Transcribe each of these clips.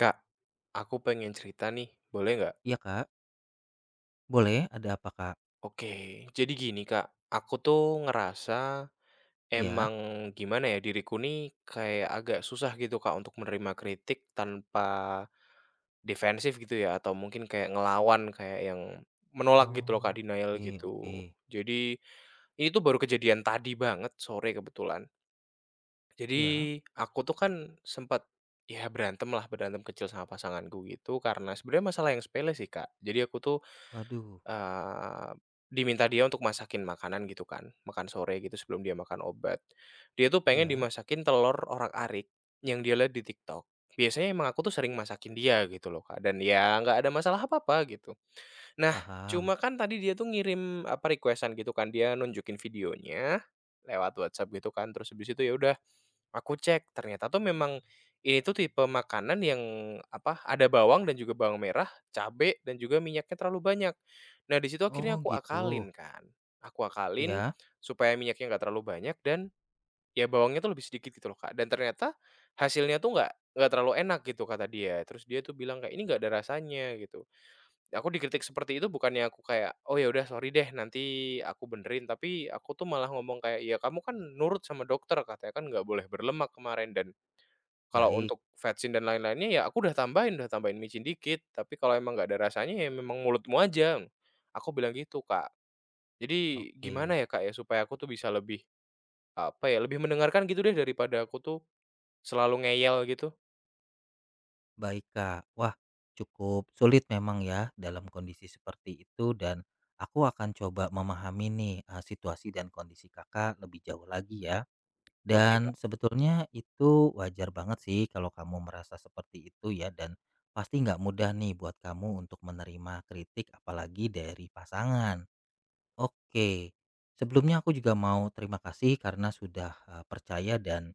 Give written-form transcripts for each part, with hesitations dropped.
Kak, aku pengen cerita nih, boleh nggak? Iya, Kak. Boleh, ada apa, Kak? Oke, jadi gini Kak, aku tuh ngerasa Iya. emang gimana ya diriku nih kayak agak susah gitu Kak untuk menerima kritik tanpa defensif gitu ya atau mungkin kayak ngelawan kayak yang menolak gitu loh Kak, Oh, denial oke oke. gitu. Jadi ini tuh baru kejadian tadi banget sore kebetulan. Jadi Iya. aku tuh kan sempat ya berantem lah, berantem kecil sama pasanganku gitu karena sebenarnya masalah yang sepele sih Kak. Jadi aku tuh Waduh. Eee, diminta dia untuk masakin makanan gitu kan, makan sore gitu sebelum dia makan obat. Dia tuh pengen Iya, dimasakin telur orak-arik yang dia lihat di TikTok. Biasanya emang aku tuh sering masakin dia gitu loh, Kak, dan ya nggak ada masalah apa-apa gitu. Nah, paham. cuma kan tadi dia tuh ngirim, apa, requestan gitu kan, dia nunjukin videonya lewat WhatsApp gitu kan, terus habis itu ya udah. Aku cek, ternyata tuh memang ini tuh tipe makanan yang, apa, ada bawang dan juga bawang merah, cabe, dan juga minyaknya terlalu banyak. Nah, di situ akhirnya Oh, aku gitu. akalin kan, aku akalin Iya, supaya minyaknya nggak terlalu banyak dan, ya bawangnya tuh lebih sedikit gitu loh, Kak, dan ternyata hasilnya tuh nggak terlalu enak gitu kata dia. Terus dia tuh bilang kayak, "Ini nggak ada rasanya," gitu. Aku dikritik seperti itu bukannya aku kayak, "Oh ya udah sorry deh nanti aku benerin," tapi aku tuh malah ngomong kayak, "Ya kamu kan nurut sama dokter katanya kan nggak boleh berlemak kemarin dan kalau baik. untuk vetsin dan lain-lainnya ya aku udah tambahin micin dikit, tapi kalau emang nggak ada rasanya ya memang mulutmu aja." Aku bilang gitu, Kak. Jadi gimana Oke. ya, Kak, ya supaya aku tuh bisa lebih, apa ya, lebih mendengarkan gitu deh daripada aku tuh selalu ngeyel gitu? Baik, Kak. Wah, cukup sulit memang ya dalam kondisi seperti itu dan aku akan coba memahami nih, situasi dan kondisi Kakak lebih jauh lagi ya. Oke, Dan Kak. sebetulnya itu wajar banget sih kalau kamu merasa seperti itu ya dan pasti nggak mudah nih buat kamu untuk menerima kritik apalagi dari pasangan. Oke, sebelumnya aku juga mau terima kasih karena sudah percaya dan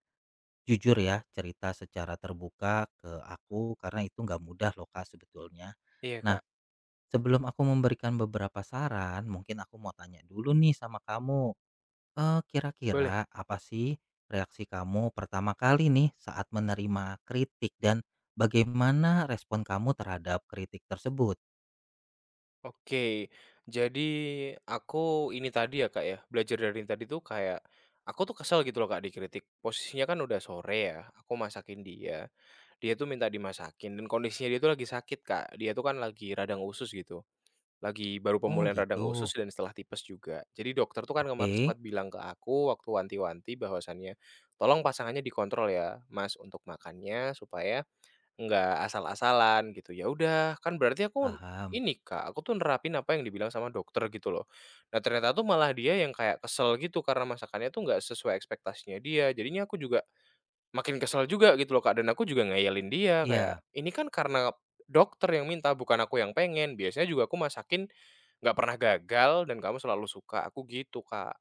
jujur ya cerita secara terbuka ke aku karena itu nggak mudah loh Kak sebetulnya. Iya, Nah, Kak. sebelum aku memberikan beberapa saran mungkin aku mau tanya dulu nih sama kamu. Boleh. Kira-kira apa sih reaksi kamu pertama kali nih saat menerima kritik dan bagaimana respon kamu terhadap kritik tersebut? Oke, jadi aku ini tadi ya Kak ya, belajar dari yang tadi tuh kayak, aku tuh kesel gitu loh Kak dikritik, posisinya kan udah sore ya, aku masakin dia, dia tuh minta dimasakin dan kondisinya dia tuh lagi sakit Kak, dia tuh kan lagi radang usus gitu, lagi baru Oh pemulihan gitu, radang usus dan setelah tipes juga. Jadi dokter tuh kan kemarin oke, sempat bilang ke aku waktu wanti-wanti bahwasannya, "Tolong pasangannya dikontrol ya Mas untuk makannya supaya nggak asal-asalan gitu," ya udah kan berarti aku paham. ini Kak, aku tuh nerapin apa yang dibilang sama dokter gitu loh. Nah ternyata tuh malah dia yang kayak kesel gitu karena masakannya tuh nggak sesuai ekspektasinya dia, jadinya aku juga makin kesel juga gitu loh Kak, dan aku juga ngeyelin dia kayak, Iya, "Ini kan karena dokter yang minta bukan aku yang pengen, biasanya juga aku masakin nggak pernah gagal dan kamu selalu suka," aku gitu Kak.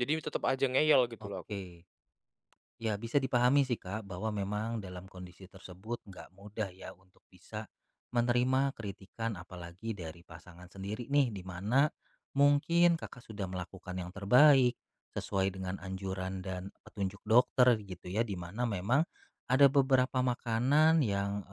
Jadi tetap aja ngeyel gitu loh aku. oke. Ya, bisa dipahami sih Kak, bahwa memang dalam kondisi tersebut nggak mudah ya untuk bisa menerima kritikan apalagi dari pasangan sendiri nih, di mana mungkin Kakak sudah melakukan yang terbaik sesuai dengan anjuran dan petunjuk dokter gitu ya, di mana memang ada beberapa makanan yang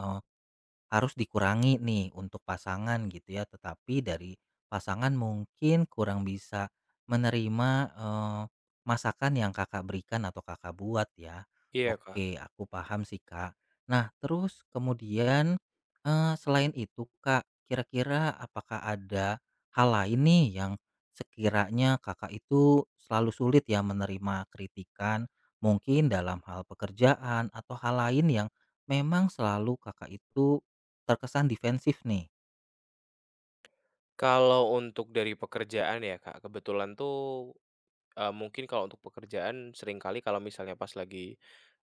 harus dikurangi nih untuk pasangan gitu ya, tetapi dari pasangan mungkin kurang bisa menerima, eee, masakan yang Kakak berikan atau Kakak buat ya. Iya Kak. Oke, aku paham sih, Kak. Nah, terus kemudian, selain itu, Kak, kira-kira apakah ada hal lain nih yang sekiranya Kakak itu selalu sulit ya menerima kritikan, mungkin dalam hal pekerjaan atau hal lain yang memang selalu Kakak itu terkesan defensif nih. Kalau untuk dari pekerjaan ya Kak, kebetulan tuh mungkin kalau untuk pekerjaan seringkali kalau misalnya pas lagi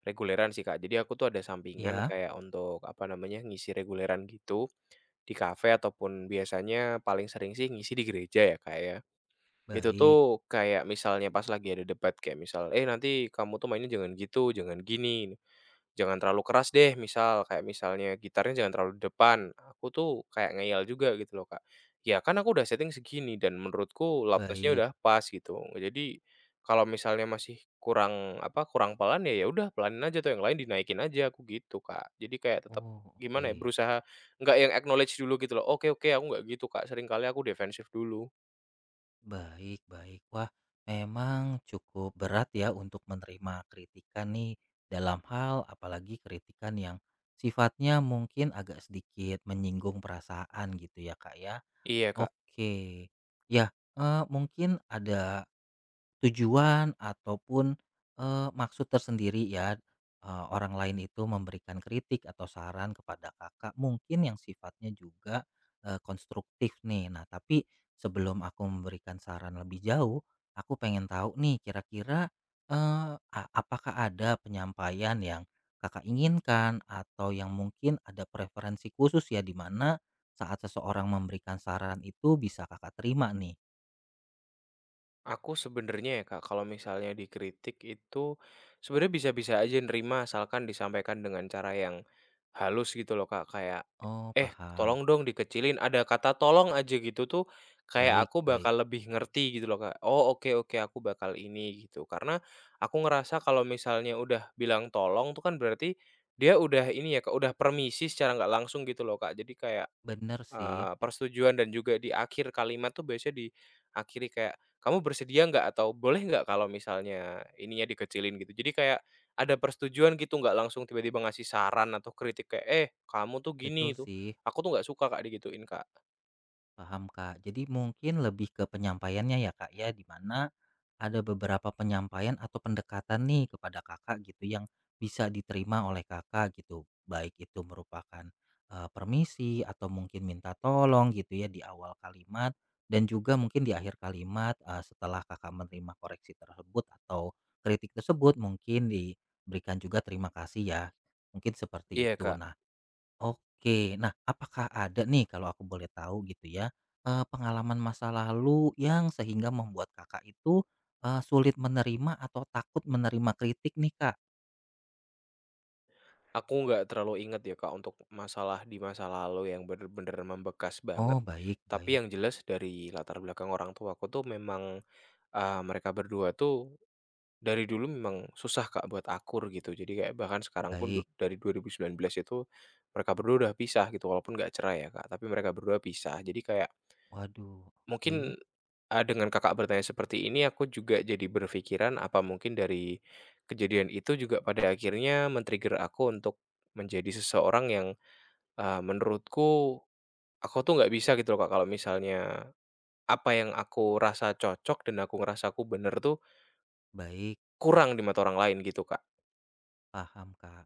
reguleran sih, Kak. Jadi aku tuh ada sampingan Ya, kayak untuk, apa namanya, ngisi reguleran gitu di kafe ataupun biasanya paling sering sih ngisi di gereja ya, Kak, ya. Itu baik tuh kayak misalnya pas lagi ada debat kayak misal, "Eh, nanti kamu tuh mainnya jangan gitu, jangan gini, jangan terlalu keras deh," misal kayak misalnya gitarnya jangan terlalu di depan. Aku tuh kayak ngeyel juga gitu loh, Kak. Ya kan aku udah setting segini dan menurutku loudness baik. udah pas gitu. Jadi kalau misalnya masih kurang apa, kurang pelan ya udah pelanin aja tuh yang lain dinaikin aja, aku gitu, Kak. Jadi kayak tetap Oh, oke. gimana ya, berusaha nggak yang acknowledge dulu gitu loh, "Oke oke, aku nggak gitu, Kak." Seringkali aku defensif dulu. Baik baik. Wah, memang cukup berat ya untuk menerima kritikan nih dalam hal apalagi kritikan yang sifatnya mungkin agak sedikit menyinggung perasaan gitu ya, Kak, ya. Iya, Kak. Oke. Ya, mungkin ada tujuan ataupun, maksud tersendiri ya, orang lain itu memberikan kritik atau saran kepada Kakak mungkin yang sifatnya juga, konstruktif nih. Nah, tapi sebelum aku memberikan saran lebih jauh, aku pengen tahu nih kira-kira, eee, a apakah ada penyampaian yang Kakak inginkan atau yang mungkin ada preferensi khusus ya, di mana saat seseorang memberikan saran itu bisa Kakak terima nih? Aku sebenarnya ya Kak, kalau misalnya dikritik itu sebenarnya bisa-bisa aja nerima asalkan disampaikan dengan cara yang halus gitu loh Kak, kayak, Oh, "Eh, paham. tolong dong dikecilin." Ada kata tolong aja gitu tuh kayak Baik aku baik. bakal lebih ngerti gitu loh Kak. Oh, oke oke aku bakal ini gitu. Karena aku ngerasa kalau misalnya udah bilang tolong tuh kan berarti dia udah ini ya Kak, udah permisi secara nggak langsung gitu loh Kak. Jadi kayak Bener sih, persetujuan dan juga di akhir kalimat tuh biasanya diakhiri kayak, "Kamu bersedia nggak?" Atau, "Boleh nggak kalau misalnya ininya dikecilin?" Gitu. Jadi kayak ada persetujuan gitu, nggak langsung tiba-tiba ngasih saran atau kritik kayak, "Eh, kamu tuh betul gini itu, sih, aku tuh nggak suka Kak digituin Kak." paham Kak. Jadi mungkin lebih ke penyampaiannya ya Kak ya, di mana ada beberapa penyampaian atau pendekatan nih kepada Kakak gitu yang bisa diterima oleh Kakak gitu. Baik itu merupakan permisi atau mungkin minta tolong gitu ya di awal kalimat dan juga mungkin di akhir kalimat setelah Kakak menerima koreksi tersebut atau kritik tersebut mungkin diberikan juga terima kasih ya. Mungkin seperti Iya itu. Kak, Nah, oke. Nah, apakah ada nih kalau aku boleh tahu gitu ya, pengalaman masa lalu yang sehingga membuat Kakak itu, sulit menerima atau takut menerima kritik nih, Kak? aku nggak terlalu inget ya Kak untuk masalah di masa lalu yang bener-bener membekas banget. Oh, baik Tapi baik yang jelas dari latar belakang orang tua aku tuh memang, mereka berdua tuh dari dulu memang susah, Kak, buat akur gitu. Jadi kayak bahkan sekarang pun baik. dari 2019 itu mereka berdua udah pisah gitu, walaupun nggak cerai ya, Kak, tapi mereka berdua pisah. Jadi kayak Waduh, oke. mungkin, dengan Kakak bertanya seperti ini aku juga jadi berpikiran apa mungkin dari kejadian itu juga pada akhirnya men-trigger aku untuk menjadi seseorang yang, menurutku aku tuh nggak bisa gitu loh, Kak, kalau misalnya apa yang aku rasa cocok dan aku ngerasa aku bener tuh Baik, kurang di mata orang lain gitu, Kak. paham, Kak.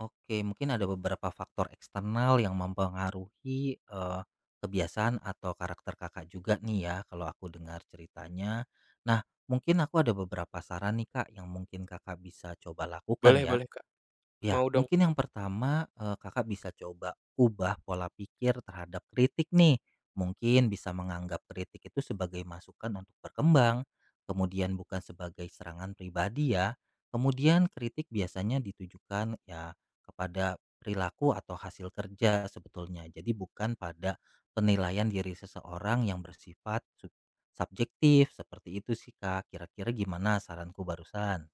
Oke, mungkin ada beberapa faktor eksternal yang mempengaruhi kebiasaan atau karakter Kakak juga nih ya, kalau aku dengar ceritanya. Nah, mungkin aku ada beberapa saran nih Kak yang mungkin Kakak bisa coba lakukan Boleh ya. boleh, Kak. Ya, Mau dong. mungkin yang pertama, Kakak bisa coba ubah pola pikir terhadap kritik nih. Mungkin bisa menganggap kritik itu sebagai masukan untuk berkembang, kemudian bukan sebagai serangan pribadi ya. Kemudian kritik biasanya ditujukan ya kepada perilaku atau hasil kerja sebetulnya. Jadi bukan pada penilaian diri seseorang yang bersifat subjektif, seperti itu sih Kak. Kira-kira gimana saranku barusan?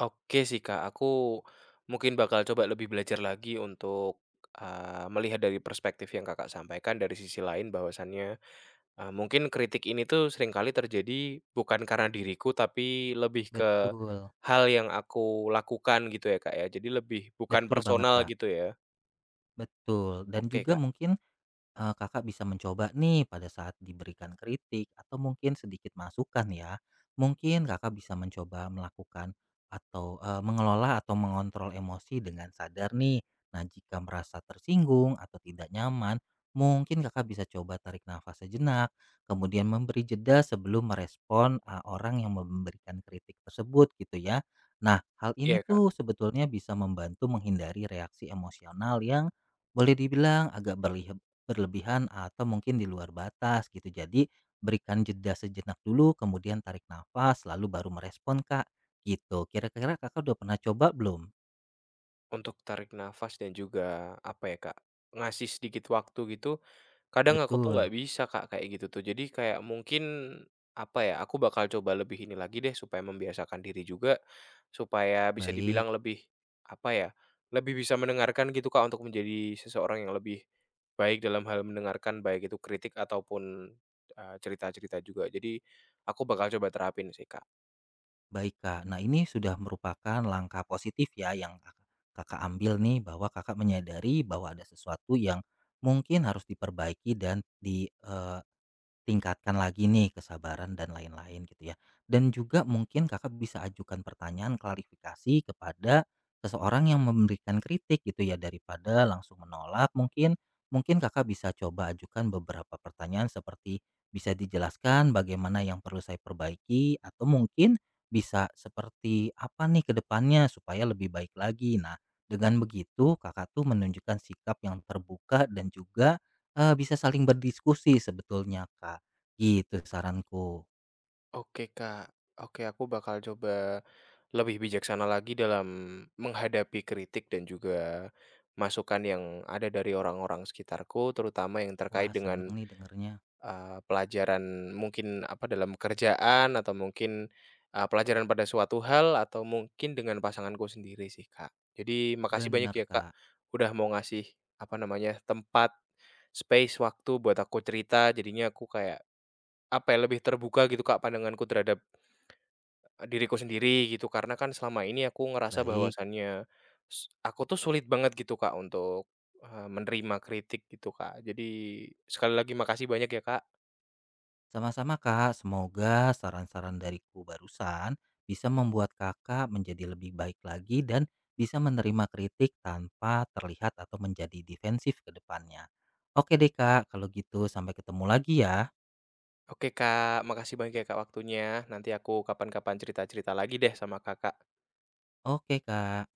Oke sih, Kak, aku mungkin bakal coba lebih belajar lagi untuk, melihat dari perspektif yang Kakak sampaikan dari sisi lain bahwasannya, mungkin kritik ini tuh seringkali terjadi bukan karena diriku, tapi lebih ke Betul. hal yang aku lakukan gitu ya, Kak, ya. Jadi lebih bukan Betul banget, personal Kak. gitu ya. Betul, dan Oke, juga Kak. mungkin, Kakak bisa mencoba nih pada saat diberikan kritik atau mungkin sedikit masukan ya. Mungkin Kakak bisa mencoba melakukan atau, mengelola atau mengontrol emosi dengan sadar nih. Nah, jika merasa tersinggung atau tidak nyaman, mungkin Kakak bisa coba tarik nafas sejenak, kemudian memberi jeda sebelum merespon, orang yang memberikan kritik tersebut gitu ya. Nah, hal ini Iya, Kak. tuh sebetulnya bisa membantu menghindari reaksi emosional yang boleh dibilang agak berlebihan atau mungkin di luar batas gitu. Jadi berikan jeda sejenak dulu, kemudian tarik nafas, lalu baru merespon Kak, gitu. Kira-kira Kakak udah pernah coba belum? Untuk tarik nafas dan juga, apa ya, Kak, ngasih sedikit waktu gitu, kadang aku tuh Betul, nggak bisa, Kak, kayak gitu tuh. Jadi kayak mungkin, apa ya, aku bakal coba lebih ini lagi deh supaya membiasakan diri juga, supaya bisa baik, dibilang lebih, apa ya, lebih bisa mendengarkan gitu, Kak, untuk menjadi seseorang yang lebih baik dalam hal mendengarkan baik itu kritik ataupun, cerita-cerita juga. Jadi aku bakal coba terapin sih, Kak. baik Kak. Nah ini sudah merupakan langkah positif ya yang Kakak ambil nih bahwa Kakak menyadari bahwa ada sesuatu yang mungkin harus diperbaiki dan di tingkatkan lagi nih kesabaran dan lain-lain gitu ya. Dan juga mungkin Kakak bisa ajukan pertanyaan klarifikasi kepada seseorang yang memberikan kritik gitu ya daripada langsung menolak mungkin mungkin Kakak bisa coba ajukan beberapa pertanyaan seperti bisa dijelaskan bagaimana yang perlu saya perbaiki atau mungkin bisa seperti apa nih ke depannya supaya lebih baik lagi. Nah, dengan begitu Kakak tuh menunjukkan sikap yang terbuka dan juga bisa saling berdiskusi sebetulnya, Kak, gitu saranku. Oke, Kak. Oke, aku bakal coba lebih bijaksana lagi dalam menghadapi kritik dan juga masukan yang ada dari orang-orang sekitarku, terutama yang terkait Wah, seneng dengan, nih dengernya. Pelajaran mungkin apa, dalam kerjaan atau mungkin, pelajaran pada suatu hal atau mungkin dengan pasanganku sendiri sih, Kak. Jadi makasih banyak Bener, ya, Kak, Kak. udah mau ngasih, apa namanya, tempat, space, waktu buat aku cerita. Jadinya aku kayak, apa ya, lebih terbuka gitu, Kak, pandanganku terhadap diriku sendiri gitu, karena kan selama ini aku ngerasa Baik, bahwasannya, aku tuh sulit banget gitu Kak untuk, menerima kritik gitu Kak. Jadi sekali lagi makasih banyak ya Kak. sama-sama, Kak, semoga saran-saran dariku barusan bisa membuat Kakak menjadi lebih baik lagi dan bisa menerima kritik tanpa terlihat atau menjadi defensif ke depannya. Oke deh, Kak, kalau gitu sampai ketemu lagi ya. Oke Kak, makasih banyak ya Kak waktunya, nanti aku kapan-kapan cerita-cerita lagi deh sama Kakak. Oke, Kak.